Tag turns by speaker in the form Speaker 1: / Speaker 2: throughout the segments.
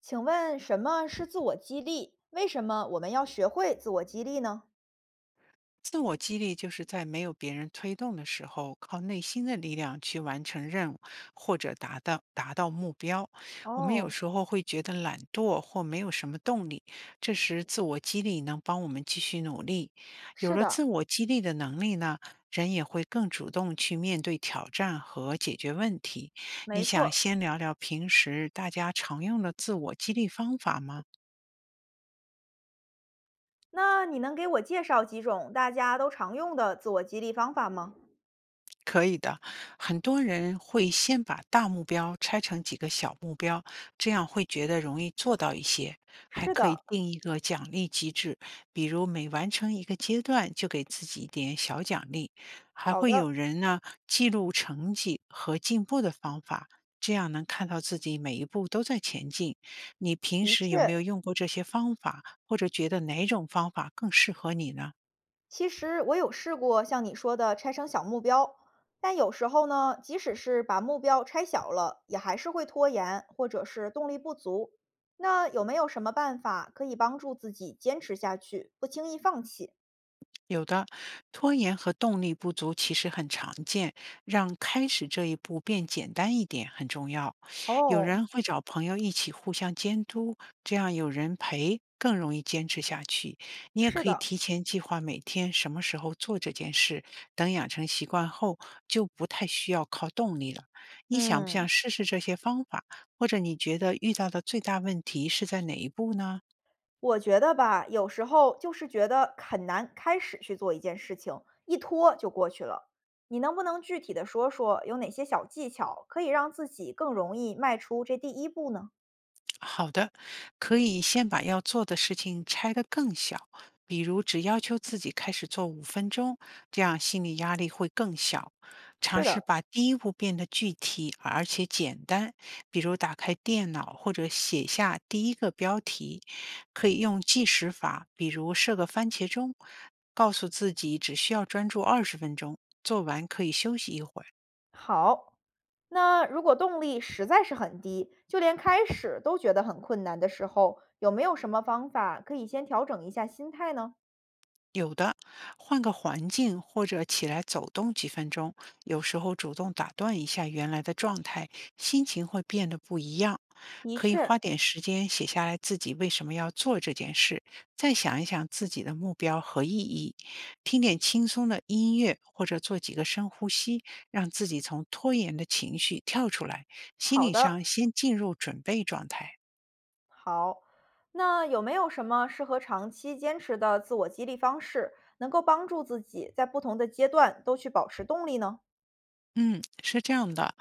Speaker 1: 请问什么是自我激励？为什么我们要学会自我激励呢？
Speaker 2: 自我激励就是在没有别人推动的时候，靠内心的力量去完成任务或者达到目标。我们有
Speaker 1: 哦，
Speaker 2: 时候会觉得懒惰或没有什么动力，这时自我激励能帮我们继续努力。有
Speaker 1: 是
Speaker 2: 了
Speaker 1: 的，
Speaker 2: 自我激励的能力呢，人也会更主动去面对挑战和解决问题。你
Speaker 1: 没
Speaker 2: 想
Speaker 1: 错，
Speaker 2: 先聊聊平时大家常用的自我激励方法吗？
Speaker 1: 那你能给我介绍几种大家都常用的自我激励方法吗？
Speaker 2: 可以的，很多人会先把大目标拆成几个小目标，这样会觉得容易做到一些。还
Speaker 1: 是
Speaker 2: 可以
Speaker 1: 的，
Speaker 2: 定一个奖励机制，比如每完成一个阶段就给自己一点小奖励。还
Speaker 1: 好
Speaker 2: 会
Speaker 1: 的，
Speaker 2: 有人呢记录成绩和进步的方法，这样能看到自己每一步都在前进。你平
Speaker 1: 的
Speaker 2: 时有没
Speaker 1: 确，
Speaker 2: 有用过这些方法，或者觉得哪种方法更适合你呢？
Speaker 1: 其实我有试过像你说的拆成小目标，但有时候呢，即使是把目标拆小了，也还是会拖延或者是动力不足。那有没有什么办法可以帮助自己坚持下去，不轻易放弃？
Speaker 2: 有的，拖延和动力不足其实很常见，让开始这一步变简单一点很重要。有
Speaker 1: 哦，
Speaker 2: 人会找朋友一起互相监督，这样有人陪更容易坚持下去。你也
Speaker 1: 是
Speaker 2: 可以
Speaker 1: 的。
Speaker 2: 提前计划每天什么时候做这件事，等养成习惯后就不太需要靠动力了。你想不想
Speaker 1: 嗯。
Speaker 2: 试试这些方法？或者你觉得遇到的最大问题是在哪一步呢？
Speaker 1: 我觉得吧，有时候就是觉得很难开始去做一件事情，一拖就过去了。你能不能具体的说说有哪些小技巧可以让自己更容易迈出这第一步呢？
Speaker 2: 好的，可以先把要做的事情拆得更小，比如只要求自己开始做5分钟，这样心理压力会更小。
Speaker 1: 是
Speaker 2: 尝试
Speaker 1: 的，
Speaker 2: 把第一步变得具体而且简单，比如打开电脑或者写下第一个标题。可以用计时法，比如设个番茄钟，告诉自己只需要专注20分钟，做完可以休息一会儿。
Speaker 1: 好。那如果动力实在是很低，就连开始都觉得很困难的时候，有没有什么方法可以先调整一下心态呢？
Speaker 2: 有的，换个环境或者起来走动几分钟，有时候主动打断一下原来的状态，心情会变得不一样。
Speaker 1: 的
Speaker 2: 可以
Speaker 1: 确，
Speaker 2: 花点时间写下来自己为什么要做这件事，再想一想自己的目标和意义。听点轻松的音乐，或者做几个深呼吸，让自己从拖延的情绪跳出来，心
Speaker 1: 好
Speaker 2: 理
Speaker 1: 的。
Speaker 2: 上先进入准备状态。
Speaker 1: 好，那有没有什么适合长期坚持的自我激励方式，能够帮助自己在不同的阶段都去保持动力呢？
Speaker 2: 嗯，是这样的，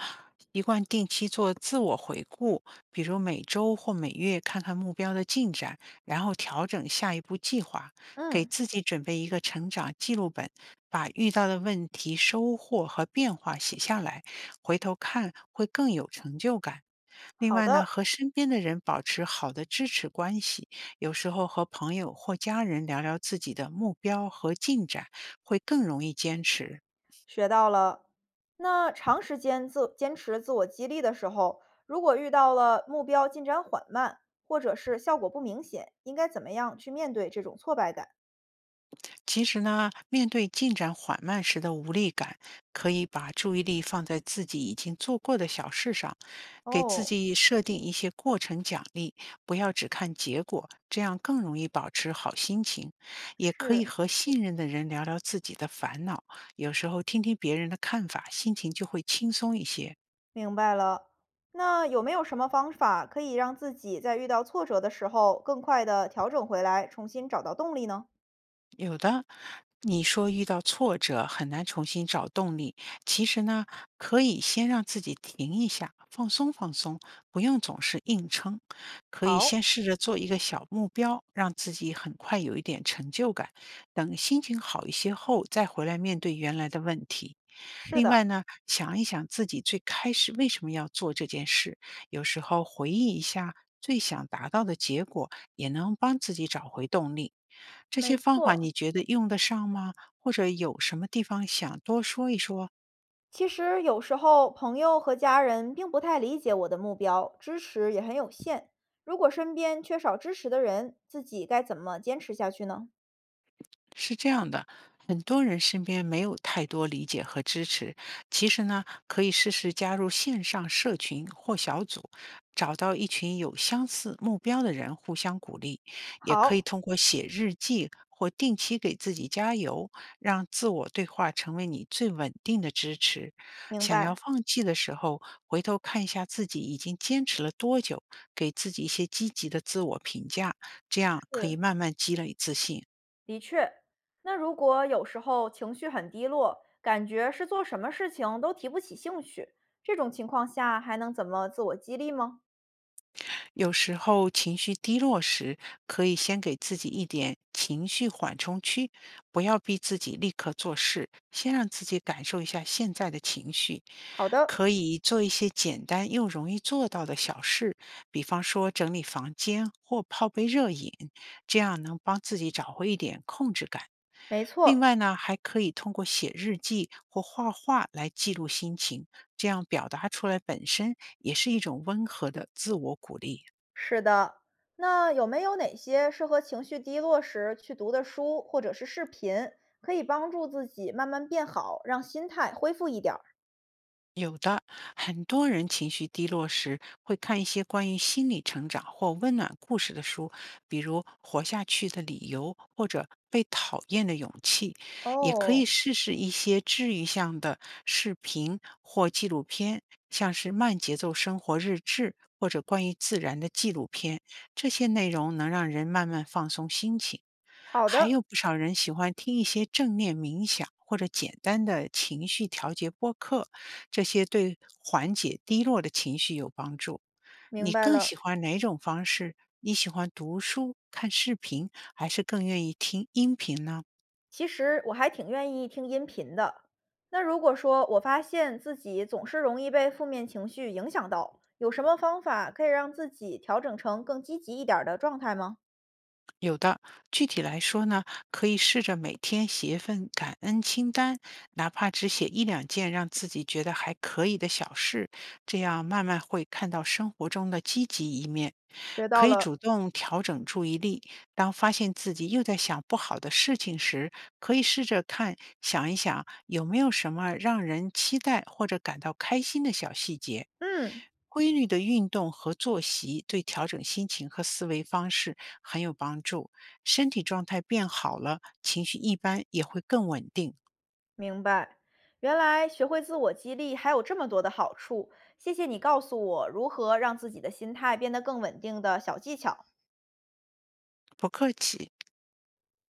Speaker 2: 习惯定期做自我回顾，比如每周或每月看看目标的进展，然后调整下一步计划，给
Speaker 1: 嗯，
Speaker 2: 自己准备一个成长记录本，把遇到的问题、收获和变化写下来，回头看会更有成就感。另
Speaker 1: 好
Speaker 2: 外呢，
Speaker 1: 的，
Speaker 2: 和身边的人保持好的支持关系，有时候和朋友或家人聊聊自己的目标和进展，会更容易坚持。
Speaker 1: 学到了。那长时间自坚持自我激励的时候，如果遇到了目标进展缓慢，或者是效果不明显，应该怎么样去面对这种挫败感？
Speaker 2: 其实呢，面对进展缓慢时的无力感，可以把注意力放在自己已经做过的小事上，给自
Speaker 1: 哦，
Speaker 2: 己设定一些过程奖励，不要只看结果，这样更容易保持好心情。也可以
Speaker 1: 是。
Speaker 2: 和信任的人聊聊自己的烦恼，有时候听听别人的看法，心情就会轻松一些。
Speaker 1: 明白了。那有没有什么方法可以让自己在遇到挫折的时候更快地调整回来，重新找到动力呢？
Speaker 2: 有的，你说遇到挫折很难重新找动力，其实呢，可以先让自己停一下，放松放松，不用总是硬撑。可以先
Speaker 1: 好，
Speaker 2: 试着做一个小目标，让自己很快有一点成就感。等心情好一些后，再回来面对原来的问题。
Speaker 1: 是
Speaker 2: 另
Speaker 1: 的，
Speaker 2: 外呢，想一想自己最开始为什么要做这件事，有时候回忆一下最想达到的结果，也能帮自己找回动力。这
Speaker 1: 没
Speaker 2: 些方法
Speaker 1: 错，
Speaker 2: 你觉得用得上吗？或者有什么地方想多说一说？
Speaker 1: 其实有时候朋友和家人并不太理解我的目标，支持也很有限。如果身边缺少支持的人，自己该怎么坚持下去呢？
Speaker 2: 是这样的，很多人身边没有太多理解和支持。其实呢，可以试试加入线上社群或小组，找到一群有相似目标的人互相鼓励。也可以
Speaker 1: 好，
Speaker 2: 通过写日记或定期给自己加油，让自我对话成为你最稳定的支持。
Speaker 1: 明
Speaker 2: 想要
Speaker 1: 白，
Speaker 2: 放弃的时候，回头看一下自己已经坚持了多久，给自己一些积极的自我评价，这样可
Speaker 1: 是。
Speaker 2: 以慢慢积累自信。
Speaker 1: 的确，那如果有时候情绪很低落，感觉是做什么事情都提不起兴趣，这种情况下还能怎么自我激励吗？
Speaker 2: 有时候情绪低落时，可以先给自己一点情绪缓冲区，不要逼自己立刻做事，先让自己感受一下现在的情绪。
Speaker 1: 好的，
Speaker 2: 可以做一些简单又容易做到的小事，比方说整理房间或泡杯热饮，这样能帮自己找回一点控制感。
Speaker 1: 没
Speaker 2: 另
Speaker 1: 错，
Speaker 2: 外呢，还可以通过写日记或画画来记录心情，这样表达出来本身也是一种温和的自我鼓励。
Speaker 1: 是的。那有没有哪些适合情绪低落时去读的书或者是视频，可以帮助自己慢慢变好，让心态恢复一点儿？
Speaker 2: 有的，很多人情绪低落时会看一些关于心理成长或温暖故事的书，比如《活下去的理由》或者《被讨厌的勇气》，也可
Speaker 1: 哦，
Speaker 2: 以试试一些治愈向的视频或纪录片，像是慢节奏生活日志或者关于自然的纪录片，这些内容能让人慢慢放松心情。
Speaker 1: 好
Speaker 2: 还
Speaker 1: 的，
Speaker 2: 有不少人喜欢听一些正念冥想或者简单的情绪调节播客。这些对缓解低落的情绪有帮助。
Speaker 1: 明
Speaker 2: 你
Speaker 1: 白
Speaker 2: 更
Speaker 1: 了。
Speaker 2: 喜欢哪种方式？你喜欢读书、看视频，还是更愿意听音频呢？
Speaker 1: 其实我还挺愿意听音频的。那如果说我发现自己总是容易被负面情绪影响到，有什么方法可以让自己调整成更积极一点儿的状态吗？
Speaker 2: 有的，具体来说呢，可以试着每天写一份感恩清单，哪怕只写一两件让自己觉得还可以的小事，这样慢慢会看到生活中的积极一面。
Speaker 1: 学到
Speaker 2: 可以
Speaker 1: 了，
Speaker 2: 主动调整注意力，当发现自己又在想不好的事情时，可以试着看，想一想有没有什么让人期待或者感到开心的小细节。
Speaker 1: 嗯，
Speaker 2: 规律的运动和作息对调整心情和思维方式很有帮助。身体状态变好了，情绪一般也会更稳定。
Speaker 1: 明白。原来学会自我激励还有这么多的好处，谢谢你告诉我如何让自己的心态变得更稳定的小技巧。
Speaker 2: 不客气。